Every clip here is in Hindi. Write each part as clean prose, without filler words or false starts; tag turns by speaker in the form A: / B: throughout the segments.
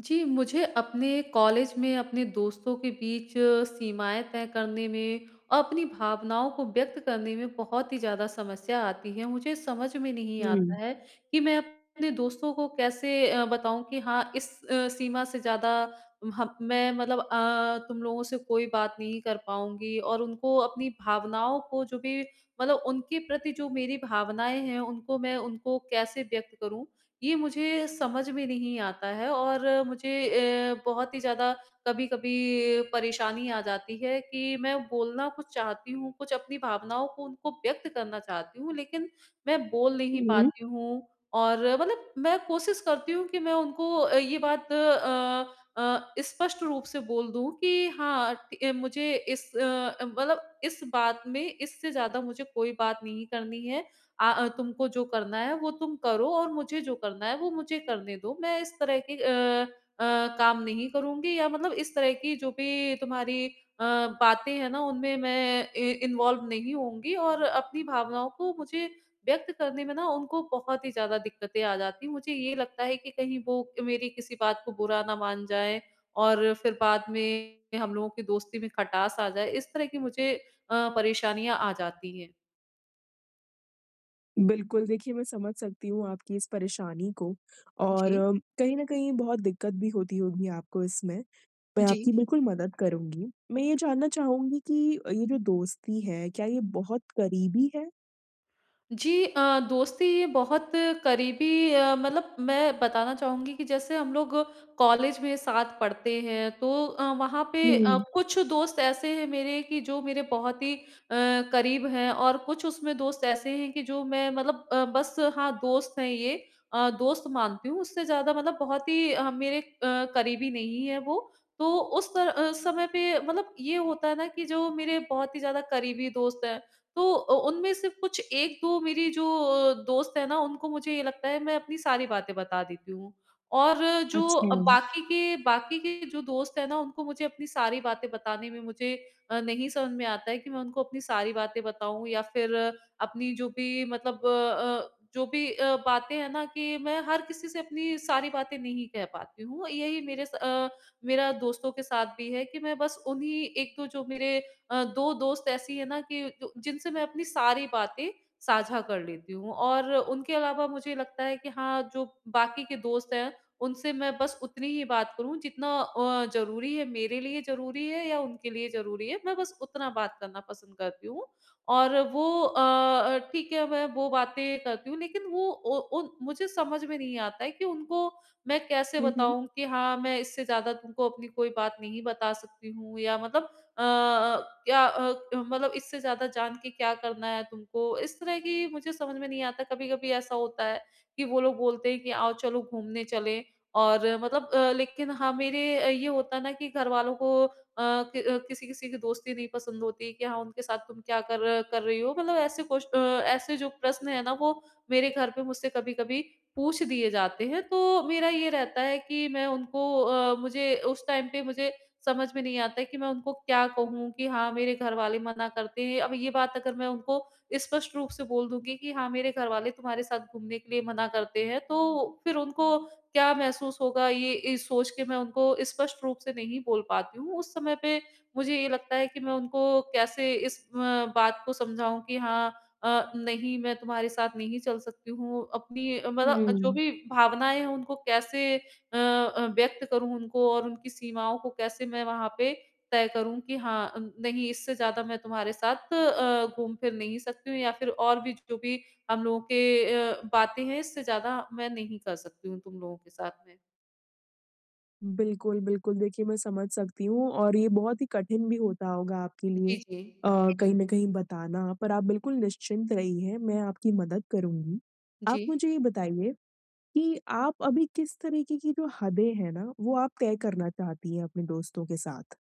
A: जी, मुझे अपने कॉलेज में अपने दोस्तों के बीच सीमाएँ तय करने में और अपनी भावनाओं को व्यक्त करने में बहुत ही ज़्यादा समस्या आती है। मुझे समझ में नहीं
B: हुँ।
A: आता है कि मैं अपने दोस्तों को कैसे बताऊँ कि हाँ, इस सीमा से ज़्यादा हम मैं मतलब तुम लोगों से कोई बात नहीं कर पाऊँगी और उनको अपनी भावनाओं को जो भी मतलब उनके प्रति जो मेरी भावनाएँ हैं, उनको मैं उनको कैसे व्यक्त करूँ? ये मुझे समझ में नहीं आता है और मुझे बहुत ही ज़्यादा कभी-कभी परेशानी आ जाती है कि मैं बोलना कुछ चाहती हूँ, कुछ अपनी भावनाओं को उनको व्यक्त करना चाहती हूँ, लेकिन मैं बोल नहीं
B: हुँ, हुँ।
A: पाती हूँ और मतलब मैं कोशिश करती हूँ कि मैं उनको ये बात स्पष्ट रूप से बोल दूँ कि हाँ, ट मुझे इस मतलब इस बात में इससे ज़्यादा मुझे कोई बात नहीं करनी है। तुमको जो करना है वो तुम करो और मुझे जो करना है वो मुझे करने दो। मैं इस तरह के अ, काम नहीं करूँगी या मतलब इस तरह की जो भी तुम्हारी अ, बातें हैं ना उनमें मैं इ इन्वॉल्व नहीं होंगी और अपनी भावनाओं को मुझे व्यक्त करने में ना उनको बहुत ही ज़्यादा दिक्कतें आ जाती हैं। मुझे ये लगता है कि कहीं वो मेरी किसी बात को बुरा ना मान जाएँ और फिर बाद में हम लोगों की दोस्ती में खटास आ जाए। इस तरह की मुझे परेशानियाँ आ जाती हैं।
B: बिल्कुल, देखिए मैं समझ सकती हूँ आपकी इस परेशानी को और
A: जी,
B: कहीं न कहीं बहुत दिक्कत भी होती होगी आपको इसमें। मैं
A: जी।
B: आपकी बिल्कुल मदद करूँगी। मैं ये जानना चाहूँगी कि ये जो दोस्ती है, क्या ये बहुत करीबी है?
A: जी दोस्ती बहुत करीबी मतलब मैं बताना चाहूँगी कि जैसे हम लोग कॉलेज में साथ पढ़ते हैं तो वहाँ पे
B: हुँ,
A: कुछ दोस्त ऐसे हैं मेरे कि जो मेरे बहुत ही करीब हैं और कुछ उसमें दोस्त ऐसे हैं कि जो मैं मतलब बस हाँ दोस्त हैं ये दोस्त मानती हूँ उससे ज़्यादा मतलब बहुत ही मेरे करीबी नहीं है वो तो उस समय पे मतलब ये होता है ना कि जो मेरे बहुत ही ज़्यादा करीबी दोस्त हैं तो उनमें से कुछ 1-2 मेरी जो दोस्त है ना, उनको मुझे ये लगता है मैं अपनी सारी बातें बता देती हूँ। और जो
B: अच्छा।
A: बाकी के जो दोस्त है ना, उनको मुझे अपनी सारी बातें बताने में मुझे नहीं समझ में आता है कि मैं उनको अपनी सारी बातें बताऊँ या फिर अपनी जो भी मतलब जो भी बातें हैं ना कि मैं हर किसी से अपनी सारी बातें नहीं कह पाती हूँ। यही मेरे मेरा दोस्तों के साथ भी है कि मैं बस उन्हीं 1-2 जो मेरे 2 दोस्त ऐसी है ना कि जो जिनसे मैं अपनी सारी बातें साझा कर लेती हूँ और उनके अलावा मुझे लगता है कि हाँ, जो बाकी के दोस्त हैं, उनसे मैं बस उतनी ही बात करूँ जितना ज़रूरी है, मेरे लिए ज़रूरी है या उनके लिए ज़रूरी है, मैं बस उतना बात करना पसंद करती हूँ। और वो ठीक है, मैं वो बातें करती हूँ लेकिन वो ओ उन मुझे समझ में नहीं आता है कि उनको मैं कैसे
B: हुँ, हुँ।
A: बताऊँ कि हाँ, मैं इससे ज़्यादा तुमको अपनी कोई बात नहीं बता सकती हूँ या मतलब अ, क्या मतलब इससे ज़्यादा जान के क्या करना है तुमको? इस तरह की मुझे समझ में नहीं आता। कभी-कभी ऐसा होता है कि वो लोग बोलते हैं कि आओ चलो घूमने चलें और मतलब लेकिन हाँ, मेरे ये होता है ना कि घरवालों को कि किसी-किसी की दोस्ती नहीं पसंद होती कि हाँ, उनके साथ तुम क्या कर कर रही हो? मतलब ऐसे ऐसे जो प्रश्न है ना वो मेरे घर पे मुझसे कभी-कभी पूछ दिए जाते हैं। तो मेरा ये रहता है कि मैं उनको अ, मुझे उस टाइम पे मुझे समझ में नहीं आता है कि मैं उनको क्या कहूँ कि हाँ, मेरे घरवाले मना करते हैं। अब ये बात अगर मैं उनको स्पष्ट रूप से बोल दूँगी कि हाँ, मेरे घरवाले तुम्हारे साथ घूमने के लिए मना करते हैं, तो फिर उनको क्या महसूस होगा ये इस सोच के मैं उनको स्पष्ट रूप से नहीं बोल पाती हूँ। उस समय पे मुझे ये लगता है कि मैं उनको कैसे इस बात को समझाऊँ कि हाँ नहीं मैं तुम्हारे साथ नहीं चल सकती हूँ। अपनी मतलब जो
B: हुँ।
A: भी भावनाएँ हैं उनको कैसे व्यक्त करूँ उनको और उनकी सीमाओं को कैसे मैं वहाँ पे तय करूँ कि हाँ, नहीं इससे ज़्यादा मैं तुम्हारे साथ घूम-फिर नहीं सकती हूँ या फिर और भी जो भी हम लोगों के बातें हैं इससे ज़्यादा मैं नहीं कर सकती हूँ तुम लोगों के साथ में।
B: बिल्कुल, बिल्कुल, देखिए मैं समझ सकती हूँ और ये बहुत ही कठिन भी होता होगा आपके लिए
A: जी, जी।
B: अ, कहीं न कहीं बताना, पर आप बिल्कुल निश्चिंत रहिए, मैं आपकी मदद करूँगी। आप
A: जी।
B: मुझे ये बताइए कि आप अभी किस तरीके की जो हदें हैं ना, वो आप तय करना चाहती हैं अपने दोस्तों के साथ?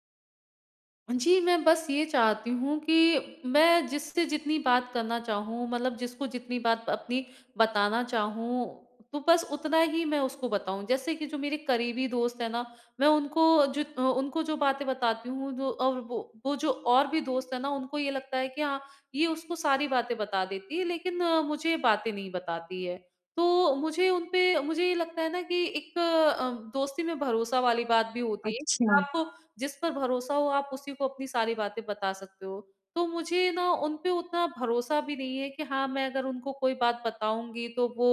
A: जी, मैं बस ये चाहती हूँ कि मैं जिससे जितनी बात करना चाहूँ मतलब जिसको जितनी बात अपनी बताना चाहूँ, तो बस उतना ही मैं उसको बताऊँ। जैसे कि जो मेरे करीबी दोस्त हैं ना, मैं उनको जो उनको जो बातें बताती हूँ जो और वो जो और भी दोस्त हैं ना, उनको ये लगता है कि हाँ, ये उसको सारी बातें बता देती है लेकिन मुझे बातें नहीं बताती है। तो मुझे उन पे मुझे ये लगता है ना कि एक दोस्ती में भरोसा वाली बात भी होती है।
B: अच्छा,
A: आप जिस पर भरोसा हो आप उसी को अपनी सारी बातें बता सकते हो। तो मुझे ना उन पे उतना भरोसा भी नहीं है कि हाँ, मैं अगर उनको कोई बात बताऊँगी तो वो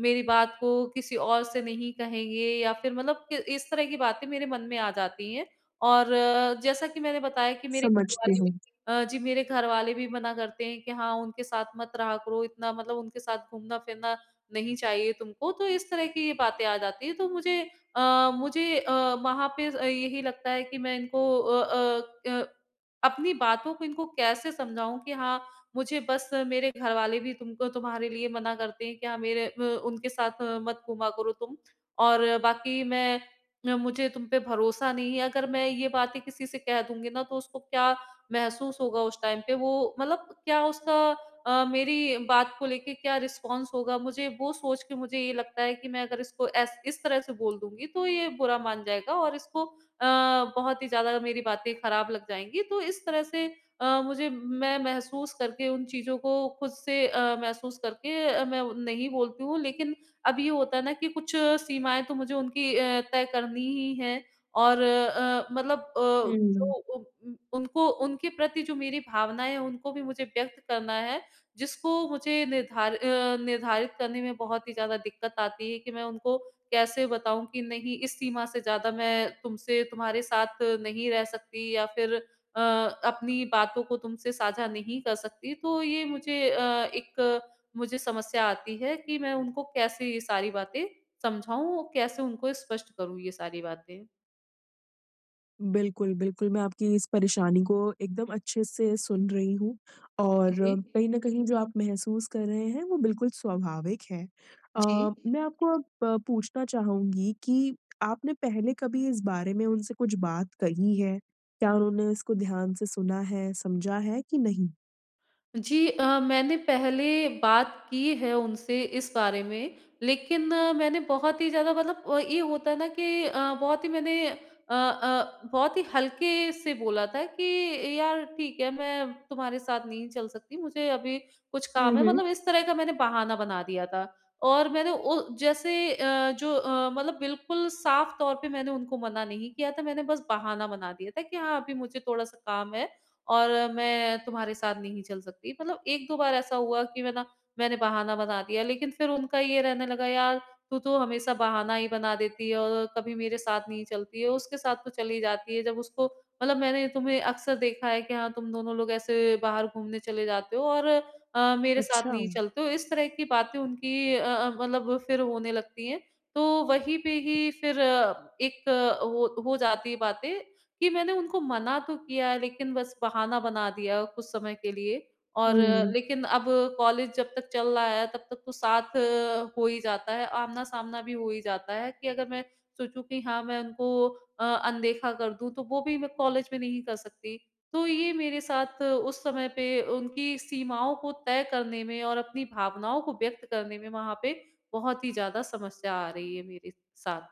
A: मेरी बात को किसी और से नहीं कहेंगे या फिर मतलब कि इस तरह की बातें मेरे मन में आ जाती हैं। और जैसा कि मैंने बताया कि मेरे
B: समझती
A: घरवाले
B: हूँ।
A: भी जी मेरे घरवाले भी मना करते हैं कि हाँ, उनके साथ मत रहा करो इतना मतलब उनके साथ घूमना-फिरना नहीं चाहिए तुमको। तो इस तरह की ये बातें आ जाती हैं। तो मुझे वहाँ पे यही लगता है कि मैं इनको अ, अपनी बातों को इनको कैसे समझाऊँ कि हाँ, मुझे बस मेरे घरवाले भी तुमको तुम्हारे लिए मना करते हैं कि हाँ, मेरे उनके साथ मत घूमा करो तुम और बाकी मुझे तुम पे भरोसा नहीं है। अगर मैं ये बातें किसी से कह दूँगी ना, तो उसको क्या महसूस होगा उस टाइम पे? वो मतलब क्या उसका मेरी बात को लेके क्या रिस्पॉन्स होगा? मुझे वो सोच के मुझे ये लगता है कि मैं अगर इसको ऐस इस तरह से बोल दूँगी तो ये बुरा मान जाएगा और इसको बहुत ही ज़्यादा मेरी बातें खराब लग जाएँगी। तो इस तरह से मुझे मैं महसूस करके उन चीज़ों को खुद से महसूस करके मैं नहीं बोलती हूँ। लेकिन अब ये होता है ना कि कुछ सीमाएँ तो मुझे उनकी तय करनी ही हैं और मतलब
B: हुँ।
A: जो उ उनको उनके प्रति जो मेरी भावनाएँ हैं उनको भी मुझे व्यक्त करना है जिसको मुझे निर्धारित करने में बहुत ही ज़्यादा दिक्कत आती है कि मैं उनको कैसे बताऊँ कि नहीं इस सीमा से ज़्यादा मैं तुमसे तुम्हारे साथ नहीं रह सकती या फिर अपनी बातों को तुमसे साझा नहीं कर सकती। तो ये मुझे अ, एक मुझे समस्या आती है कि मैं उनको कैसे ये सारी बातें समझाऊँ, कैसे उनको स्पष्ट करूँ ये सारी बातें?
B: बिल्कुल, बिल्कुल, मैं आपकी इस परेशानी को एकदम अच्छे से सुन रही हूँ और
A: जी, जी।
B: कहीं न कहीं जो आप महसूस कर रहे हैं, वो बिल्कुल स्वाभाविक है। अ,
A: जी।
B: मैं आपको अब पूछना चाहूँगी कि आपने पहले कभी इस बारे में उनसे कुछ बात कही है? क्या उन्होंने इसको ध्यान से सुना है, समझा है कि नहीं?
A: जी मैंने पहले बात की है उनसे इस बारे में, लेकिन मैंने बहुत ही ज़्यादा मतलब ये होता है ना कि बहुत ही मैंने बहुत ही हल्के से बोला था कि यार ठीक है, मैं तुम्हारे साथ नहीं चल सकती, मुझे अभी कुछ
B: हुँ,
A: काम है,
B: हुँ।
A: मतलब इस तरह का मैंने बहाना बना दिया था। और मैंने ओ जैसे जो मतलब बिल्कुल साफ तौर पे मैंने उनको मना नहीं किया था, मैंने बस बहाना बना दिया था कि हाँ, अभी मुझे थोड़ा-सा काम है और मैं तुम्हारे साथ नहीं चल सकती। मतलब 1-2 बार ऐसा हुआ कि मैंने बहाना बना दिया, लेकिन फिर उनका ये रहने लगा यार तू तो हमेशा बहाना ही बना देती है और कभी मेरे साथ नहीं चलती है, उसके साथ तो चली जाती है। जब उसको मतलब मैंने तुम्हें अक्सर देखा है कि हाँ, तुम दोनों लोग ऐसे बाहर घूमने चले जाते हो और मेरे साथ
B: अच्छा।
A: नहीं चलते हो। इस तरह की बातें उनकी मतलब फिर होने लगती हैं। तो वहीं पे ही फिर एक हो जाती है बातें कि मैंने उनको मना तो किया है लेकिन बस बहाना बना दिया कुछ समय के लिए और
B: हुँ।
A: लेकिन अब कॉलेज जब तक चल रहा है तब तक तो साथ हो ही जाता है, आमना-सामना भी हो ही जाता है कि अगर मैं सोचूँ कि हाँ, मैं उनको अनदेखा कर दूँ तो वो भी मैं कॉलेज में नहीं कर सकती। तो ये मेरे साथ उस समय पे उनकी सीमाओं को तय करने में और अपनी भावनाओं को व्यक्त करने में वहाँ पे बहुत ही ज़्यादा समस्या आ रही है मेरे साथ।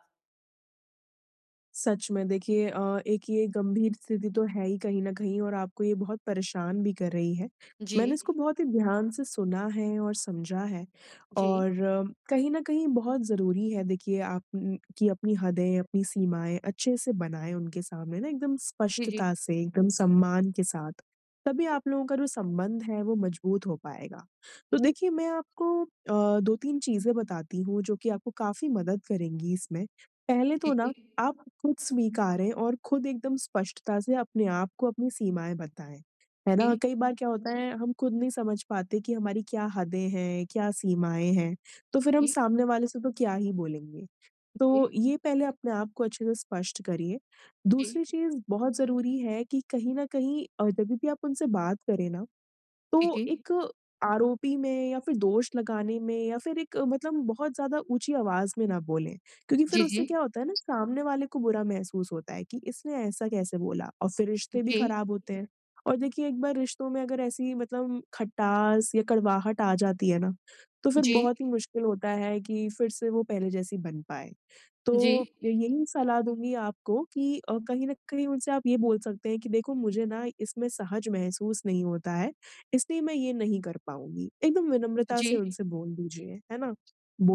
B: सच में देखिए एक ये गंभीर स्थिति तो है ही कहीं न कहीं और आपको ये बहुत परेशान भी कर रही है।
A: जी,
B: मैंने इसको बहुत ही ध्यान से सुना है और समझा है
A: जी।
B: और कहीं न कहीं बहुत ज़रूरी है देखिए आप कि अपनी हदें, अपनी सीमाएँ अच्छे से बनाएँ उनके सामने ना एकदम
A: जी, जी।
B: स्पष्टता से, एकदम सम्मान के साथ। तभी आप लोगों का जो संबंध है वो मजबूत हो पाएगा। तो
A: जी।
B: देखिए मैं आपको 2-3 चीज़ें बताती हूँ जो कि आपको काफ़ी मदद करेंगी इसमें। पहले
A: जी,
B: तो ना
A: जी।
B: आप खुद स्वीकारें और खुद एकदम स्पष्टता से अपने आप को अपनी सीमाएँ बताएँ। है ना?
A: जी,
B: कई बार क्या होता है हम खुद नहीं समझ पाते कि हमारी क्या हदें हैं, क्या सीमाएँ हैं, तो फिर हम
A: जी,
B: सामने वाले से तो क्या ही बोलेंगे। तो
A: जी,
B: ये पहले अपने आप को अच्छे से स्पष्ट करिए।
A: जी,
B: दूसरी चीज़ बहुत ज़रूरी है कि कहीं न कहीं जब भी आप उनसे बात करें ना
A: जी,
B: तो
A: जी।
B: एक आरोपी में या फिर दोष लगाने में या फिर एक मतलब बहुत ज़्यादा ऊँची आवाज़ में ना बोलें, क्योंकि फिर
A: जी,
B: उससे
A: जी।
B: क्या होता है ना सामने वाले को बुरा महसूस होता है कि इसने ऐसा कैसे बोला और फिर रिश्ते भी
A: जी,
B: खराब होते हैं। और देखिए एक बार रिश्तों में अगर ऐसी मतलब खटास या कड़वाहट आ जाती है ना, तो फिर
A: जी,
B: बहुत ही
A: जी।
B: मुश्किल होता है कि फिर से वो पहले जैसी बन पाए। तो यही सलाह दूँगी आपको कि कहीं न कहीं उनसे आप ये बोल सकते हैं कि देखो मुझे ना इसमें सहज महसूस नहीं होता है। इसलिए मैं ये नहीं कर पाऊँगी। एकदम विनम्रता से
A: जी,
B: उनसे बोल दीजिए, है ना?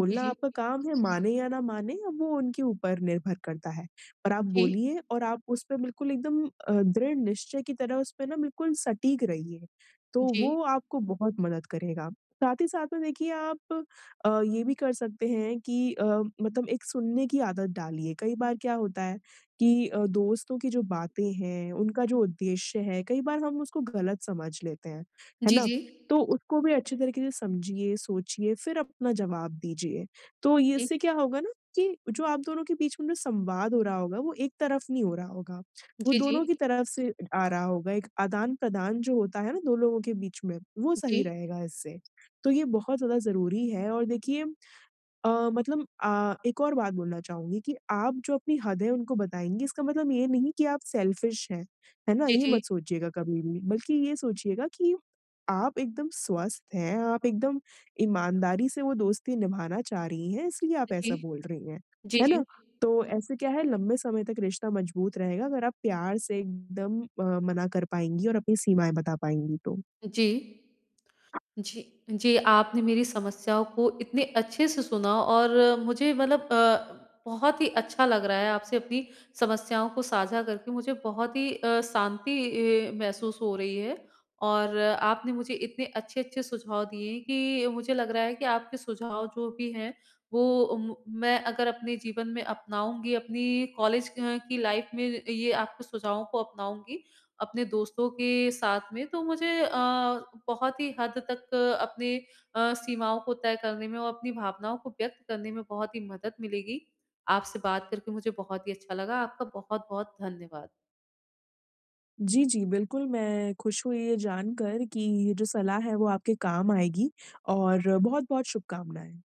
A: जी, जी।
B: आपका काम है, जी। माने या ना माने अब वो उनके ऊपर निर्भर करता है। पर आप
A: जी, जी।
B: बोलिए और आप उस पे बिल्कुल एकदम दृढ़ निश्चय की तरह उस पे ना बिल्कुल सटीक रहिए, तो
A: जी, जी।
B: वो आपको बहुत मदद करेगा। साथ ही साथ में देखिए आप ये भी कर सकते हैं कि मतलब एक सुनने की आदत डालिए। कई बार क्या होता है कि दोस्तों की जो बातें हैं, उनका जो उद्देश्य है, कई बार हम उसको गलत समझ लेते हैं। है
A: जी, जी,
B: ना?
A: जी।
B: तो उसको भी अच्छे तरीके से समझिए, सोचिए, फिर अपना जवाब दीजिए। तो ये इससे क्या होगा ना कि जो आप दोनों के बीच में जो संवाद हो रहा होगा, वो एक तरफ नहीं हो रहा होगा। वो
A: जी,
B: दोनों की तरफ से आ रहा होगा, एक आदान-प्रदान जो होता है ना 2 लोगों के बीच में, वो सही रहेगा इससे। तो ये बहुत ज़्यादा ज़रूरी है और देखिए एक और बात बोलना चाहूँगी कि आप जो अपनी हद है उनको बताएँगी इसका मतलब ये नहीं कि आप सेल्फिश हैं, है ना? ये
A: जी,
B: मत सोचिएगा कभी भी, बल्कि ये सोचिएगा कि आप एकदम स्वस्थ हैं, आप एकदम ईमानदारी से वो दोस्ती निभाना चाह रही हैं इसलिए आप
A: जी।
B: ऐसा बोल रही हैं,
A: जी,
B: है
A: जी,
B: ना? तो ऐसे क्या है लंबे समय तक रिश्ता मजबूत रहेगा अगर आप प्यार से एकदम मना कर पाएँगी और अपनी सीमाएँ बता पाएँगी तो।
A: जी। जी, जी, आपने मेरी समस्याओं को इतने अच्छे से सुना और मुझे मतलब बहुत ही अच्छा लग रहा है आपसे अपनी समस्याओं को साझा करके मुझे बहुत ही शांति महसूस हो रही है और आपने मुझे इतने अच्छे-अच्छे सुझाव दिए हैं कि मुझे लग रहा है कि आपके सुझाव जो भी हैं, वो म मैं अगर अपने जीवन में अपनाऊँगी, अपनी कॉलेज की लाइफ़ में ये आपके सुझावों को अपनाऊँगी अपने दोस्तों के साथ में तो मुझे बहुत ही हद तक अपने सीमाओं को तय करने में और अपनी भावनाओं को व्यक्त करने में बहुत ही मदद मिलेगी। आपसे बात करके मुझे बहुत ही अच्छा लगा। आपका बहुत-बहुत धन्यवाद।
B: जी, जी। बिल्कुल, मैं खुश हुई ये जानकर कि ये जो सलाह है वो आपके काम आएगी और बहुत-बहुत शुभकामनाएँ।